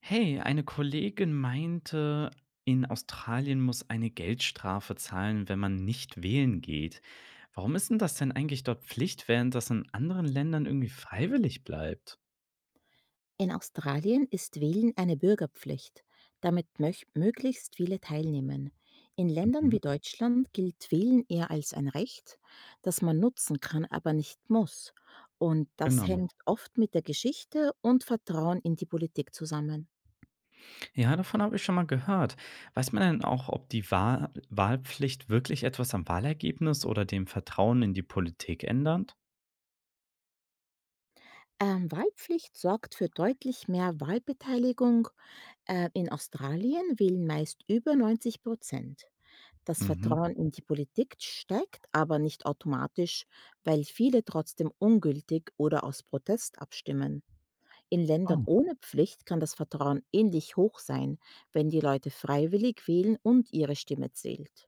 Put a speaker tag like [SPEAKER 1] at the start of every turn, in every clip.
[SPEAKER 1] Hey, eine Kollegin meinte, in Australien muss eine Geldstrafe zahlen, wenn man nicht wählen geht. Warum ist denn das denn eigentlich dort Pflicht, während das in anderen Ländern irgendwie freiwillig bleibt?
[SPEAKER 2] In Australien ist Wählen eine Bürgerpflicht, damit möglichst viele teilnehmen. In Ländern
[SPEAKER 1] Mhm.
[SPEAKER 2] wie Deutschland gilt Wählen eher als ein Recht, das man nutzen kann, aber nicht muss. Und das
[SPEAKER 1] Genau.
[SPEAKER 2] hängt oft mit der Geschichte und Vertrauen in die Politik zusammen.
[SPEAKER 1] Ja, davon habe ich schon mal gehört. Weiß man denn auch, ob die Wahlpflicht wirklich etwas am Wahlergebnis oder dem Vertrauen in die Politik ändert?
[SPEAKER 2] Wahlpflicht sorgt für deutlich mehr Wahlbeteiligung. In Australien wählen meist über 90%. Das
[SPEAKER 1] Mhm.
[SPEAKER 2] Vertrauen in die Politik steigt aber nicht automatisch, weil viele trotzdem ungültig oder aus Protest abstimmen. In Ländern
[SPEAKER 1] Oh.
[SPEAKER 2] ohne Pflicht kann das Vertrauen ähnlich hoch sein, wenn die Leute freiwillig wählen und ihre Stimme zählt.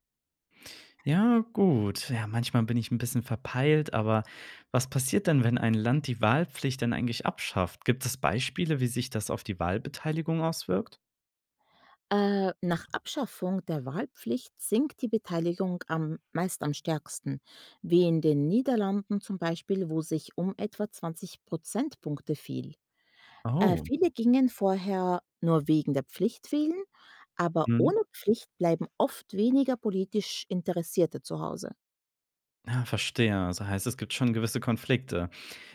[SPEAKER 1] Ja, gut. Ja, manchmal bin ich ein bisschen verpeilt, aber was passiert denn, wenn ein Land die Wahlpflicht denn eigentlich abschafft? Gibt es Beispiele, wie sich das auf die Wahlbeteiligung auswirkt?
[SPEAKER 2] Nach Abschaffung der Wahlpflicht sinkt die Beteiligung meist am stärksten, wie in den Niederlanden zum Beispiel, wo sich um etwa 20 Prozentpunkte fiel. Äh,
[SPEAKER 1] Oh,
[SPEAKER 2] viele gingen vorher nur wegen der Pflicht wählen, aber
[SPEAKER 1] mhm.
[SPEAKER 2] ohne Pflicht bleiben oft weniger politisch Interessierte zu Hause.
[SPEAKER 1] Ja, verstehe. Also, heißt, es gibt schon gewisse Konflikte.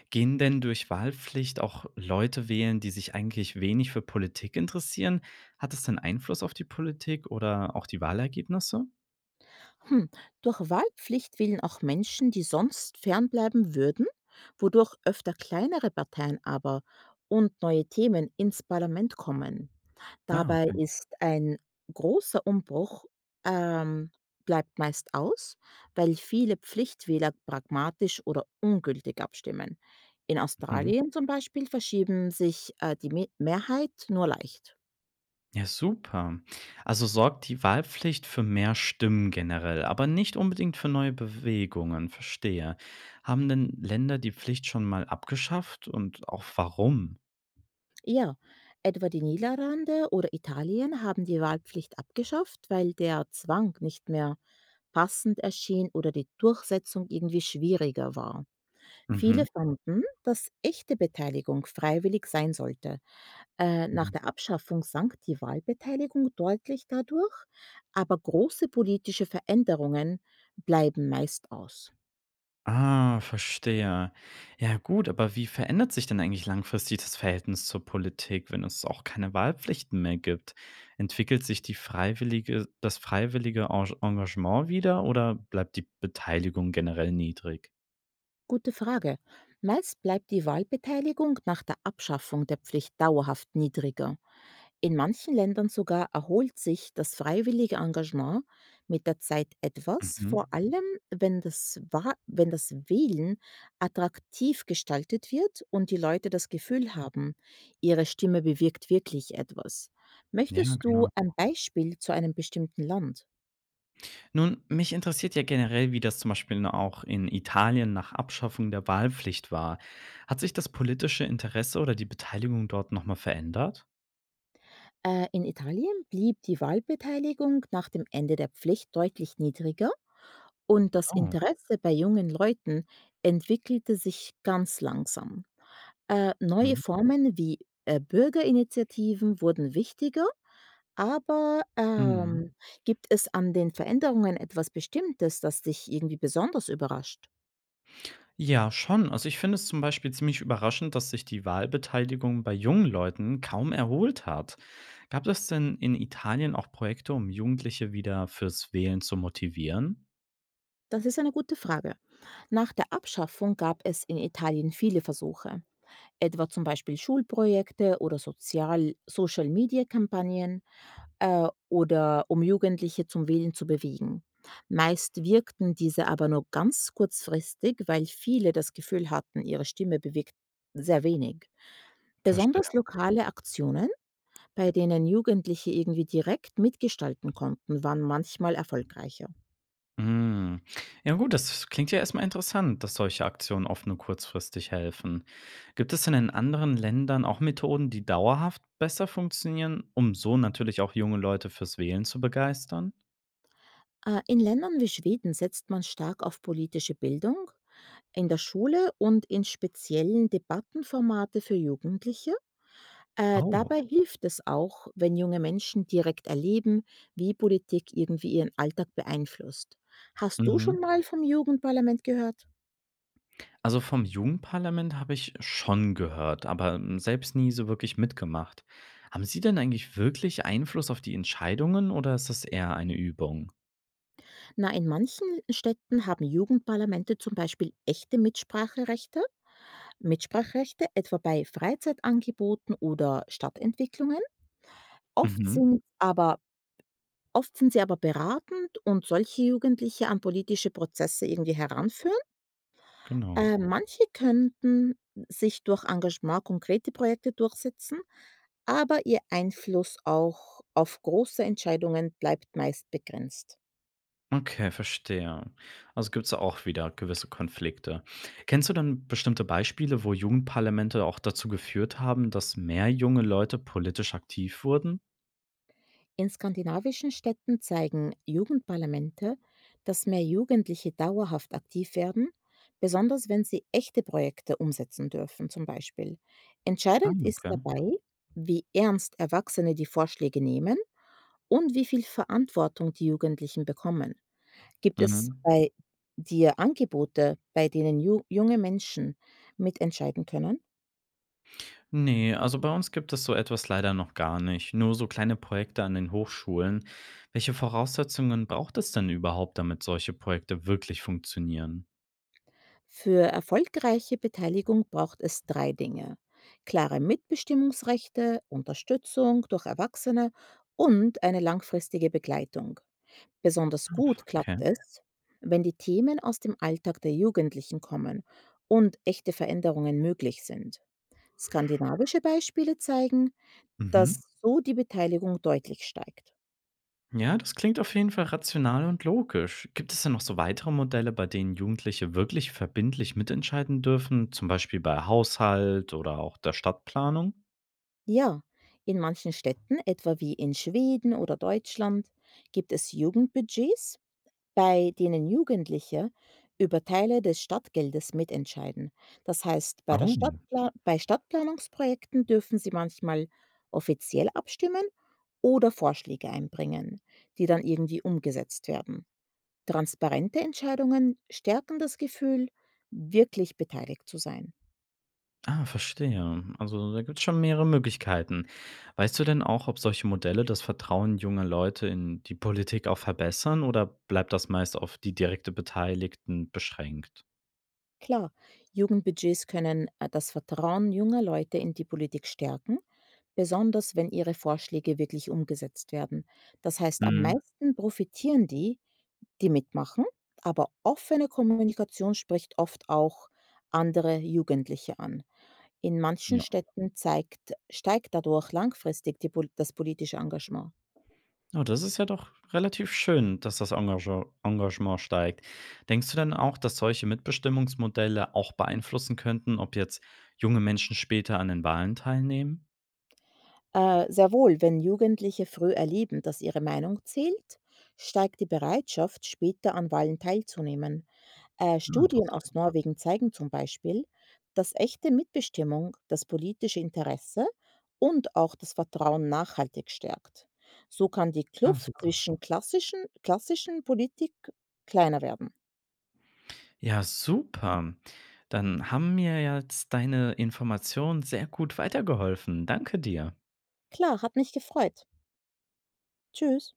[SPEAKER 1] Gehen denn durch Wahlpflicht auch Leute wählen, die sich eigentlich wenig für Politik interessieren? Hat es denn Einfluss auf die Politik oder auch die Wahlergebnisse?
[SPEAKER 2] Hm, durch Wahlpflicht wählen auch Menschen, die sonst fernbleiben würden, wodurch öfter kleinere Parteien und neue Themen ins Parlament kommen.
[SPEAKER 1] Ja,
[SPEAKER 2] Dabei
[SPEAKER 1] okay.
[SPEAKER 2] ist ein großer Umbruch ähm, bleibt meist aus, weil viele Pflichtwähler pragmatisch oder ungültig abstimmen. In
[SPEAKER 1] Mhm.
[SPEAKER 2] Australien zum Beispiel verschieben sich die Mehrheit nur leicht.
[SPEAKER 1] Ja, super. Also sorgt die Wahlpflicht für mehr Stimmen generell, aber nicht unbedingt für neue Bewegungen. Verstehe. Haben denn Länder die Pflicht schon mal abgeschafft und auch warum?
[SPEAKER 2] Ja, etwa die Niederlande oder Italien haben die Wahlpflicht abgeschafft, weil der Zwang nicht mehr passend erschien oder die Durchsetzung irgendwie schwieriger war. Viele
[SPEAKER 1] Mhm.
[SPEAKER 2] fanden, dass echte Beteiligung freiwillig sein sollte. Nach
[SPEAKER 1] Mhm.
[SPEAKER 2] der Abschaffung sank die Wahlbeteiligung deutlich dadurch, aber große politische Veränderungen bleiben meist aus.
[SPEAKER 1] Ah, verstehe. Ja, gut, aber wie verändert sich denn eigentlich langfristig das Verhältnis zur Politik, wenn es auch keine Wahlpflichten mehr gibt? Entwickelt sich das freiwillige Engagement wieder oder bleibt die Beteiligung generell niedrig?
[SPEAKER 2] Gute Frage. Meist bleibt die Wahlbeteiligung nach der Abschaffung der Pflicht dauerhaft niedriger. In manchen Ländern sogar erholt sich das freiwillige Engagement mit der Zeit etwas, vor
[SPEAKER 1] Mhm.
[SPEAKER 2] allem wenn wenn das Wählen attraktiv gestaltet wird und die Leute das Gefühl haben, ihre Stimme bewirkt wirklich etwas.
[SPEAKER 1] Ja,
[SPEAKER 2] Möchtest du
[SPEAKER 1] genau.
[SPEAKER 2] ein Beispiel zu einem bestimmten Land?
[SPEAKER 1] Nun, mich interessiert ja generell, wie das zum Beispiel auch in Italien nach Abschaffung der Wahlpflicht war. Hat sich das politische Interesse oder die Beteiligung dort noch mal verändert?
[SPEAKER 2] In Italien blieb die Wahlbeteiligung nach dem Ende der Pflicht deutlich niedriger und das
[SPEAKER 1] Oh.
[SPEAKER 2] Interesse bei jungen Leuten entwickelte sich ganz langsam. Neue
[SPEAKER 1] Mhm.
[SPEAKER 2] Formen wie Bürgerinitiativen wurden wichtiger, aber
[SPEAKER 1] Mhm.
[SPEAKER 2] gibt es an den Veränderungen etwas Bestimmtes, das dich irgendwie besonders überrascht?
[SPEAKER 1] Ja, schon. Also ich finde es zum Beispiel ziemlich überraschend, dass sich die Wahlbeteiligung bei jungen Leuten kaum erholt hat. Gab es denn in Italien auch Projekte, um Jugendliche wieder fürs Wählen zu motivieren?
[SPEAKER 2] Das ist eine gute Frage. Nach der Abschaffung gab es in Italien viele Versuche, etwa zum Beispiel Schulprojekte oder Sozial Social-Media-Kampagnen, oder um Jugendliche zum Wählen zu bewegen. Meist wirkten diese aber nur ganz kurzfristig, weil viele das Gefühl hatten, ihre Stimme bewegt sehr wenig.
[SPEAKER 1] Verstehe.
[SPEAKER 2] Besonders lokale Aktionen, bei denen Jugendliche irgendwie direkt mitgestalten konnten, waren manchmal erfolgreicher.
[SPEAKER 1] Hm. Ja gut, das klingt ja erstmal interessant, dass solche Aktionen oft nur kurzfristig helfen. Gibt es denn in anderen Ländern auch Methoden, die dauerhaft besser funktionieren, um so natürlich auch junge Leute fürs Wählen zu begeistern?
[SPEAKER 2] In Ländern wie Schweden setzt man stark auf politische Bildung, in der Schule und in speziellen Debattenformate für Jugendliche. Äh,
[SPEAKER 1] Oh.
[SPEAKER 2] dabei hilft es auch, wenn junge Menschen direkt erleben, wie Politik irgendwie ihren Alltag beeinflusst. Hast du
[SPEAKER 1] Mhm.
[SPEAKER 2] schon mal vom Jugendparlament gehört?
[SPEAKER 1] Also vom Jugendparlament habe ich schon gehört, aber selbst nie so wirklich mitgemacht. Haben Sie denn eigentlich wirklich Einfluss auf die Entscheidungen oder ist das eher eine Übung?
[SPEAKER 2] Na, in manchen Städten haben Jugendparlamente zum Beispiel echte Mitspracherechte. Mitspracherechte etwa bei Freizeitangeboten oder Stadtentwicklungen. Oft
[SPEAKER 1] Mhm.
[SPEAKER 2] sind aber oft sind sie aber beratend und solche Jugendliche an politische Prozesse irgendwie heranführen.
[SPEAKER 1] Genau.
[SPEAKER 2] Manche könnten sich durch Engagement konkrete Projekte durchsetzen, aber ihr Einfluss auch auf große Entscheidungen bleibt meist begrenzt.
[SPEAKER 1] Okay, verstehe. Also gibt es auch wieder gewisse Konflikte. Kennst du dann bestimmte Beispiele, wo Jugendparlamente auch dazu geführt haben, dass mehr junge Leute politisch aktiv wurden?
[SPEAKER 2] In skandinavischen Städten zeigen Jugendparlamente, dass mehr Jugendliche dauerhaft aktiv werden, besonders wenn sie echte Projekte umsetzen dürfen zum Beispiel.
[SPEAKER 1] Ah,
[SPEAKER 2] Entscheidend ist
[SPEAKER 1] okay.
[SPEAKER 2] dabei, wie ernst Erwachsene die Vorschläge nehmen und wie viel Verantwortung die Jugendlichen bekommen. Gibt es
[SPEAKER 1] Mhm.
[SPEAKER 2] bei dir Angebote, bei denen ju junge Menschen mitentscheiden können?
[SPEAKER 1] Ne, also bei uns gibt es so etwas leider noch gar nicht. Nur so kleine Projekte an den Hochschulen. Welche Voraussetzungen braucht es denn überhaupt, damit solche Projekte wirklich funktionieren?
[SPEAKER 2] Für erfolgreiche Beteiligung braucht es 3 Dinge: klare Mitbestimmungsrechte, Unterstützung durch Erwachsene und eine langfristige Begleitung. Besonders gut
[SPEAKER 1] Okay.
[SPEAKER 2] klappt es, wenn die Themen aus dem Alltag der Jugendlichen kommen und echte Veränderungen möglich sind. Skandinavische Beispiele zeigen,
[SPEAKER 1] Mhm.
[SPEAKER 2] dass so die Beteiligung deutlich steigt.
[SPEAKER 1] Ja, das klingt auf jeden Fall rational und logisch. Gibt es denn noch so weitere Modelle, bei denen Jugendliche wirklich verbindlich mitentscheiden dürfen, zum Beispiel bei Haushalt oder auch der Stadtplanung?
[SPEAKER 2] Ja, in manchen Städten, etwa wie in Schweden oder Deutschland, gibt es Jugendbudgets, bei denen Jugendliche über Teile des Stadtgeldes mitentscheiden. Das heißt,
[SPEAKER 1] Oh,
[SPEAKER 2] Bei Stadtplanungsprojekten dürfen sie manchmal offiziell abstimmen oder Vorschläge einbringen, die dann irgendwie umgesetzt werden. Transparente Entscheidungen stärken das Gefühl, wirklich beteiligt zu sein.
[SPEAKER 1] ah, verstehe. Also da gibt es schon mehrere Möglichkeiten. Weißt du denn auch, ob solche Modelle das Vertrauen junger Leute in die Politik auch verbessern oder bleibt das meist auf die direkte Beteiligten beschränkt?
[SPEAKER 2] Klar, Jugendbudgets können das Vertrauen junger Leute in die Politik stärken, besonders wenn ihre Vorschläge wirklich umgesetzt werden. Das heißt, am
[SPEAKER 1] Mhm.
[SPEAKER 2] meisten profitieren die, die mitmachen, aber offene Kommunikation spricht oft auch andere Jugendliche an. In manchen
[SPEAKER 1] Ja.
[SPEAKER 2] Städten steigt dadurch langfristig das politische Engagement.
[SPEAKER 1] Oh, das ist ja doch relativ schön, dass das Engagement steigt. Denkst du denn auch, dass solche Mitbestimmungsmodelle auch beeinflussen könnten, ob jetzt junge Menschen später an den Wahlen teilnehmen?
[SPEAKER 2] Sehr wohl, wenn Jugendliche früh erleben, dass ihre Meinung zählt, steigt die Bereitschaft, später an Wahlen teilzunehmen. Äh,
[SPEAKER 1] Ah,
[SPEAKER 2] Studien aus
[SPEAKER 1] interessant.
[SPEAKER 2] Norwegen zeigen zum Beispiel, dass echte Mitbestimmung das politische Interesse und auch das Vertrauen nachhaltig stärkt. So kann die
[SPEAKER 1] Ja,
[SPEAKER 2] Kluft
[SPEAKER 1] super.
[SPEAKER 2] zwischen klassischen Politik kleiner werden.
[SPEAKER 1] Ja, super. Dann haben mir jetzt deine Informationen sehr gut weitergeholfen. Danke dir.
[SPEAKER 2] Klar, hat mich gefreut. Tschüss.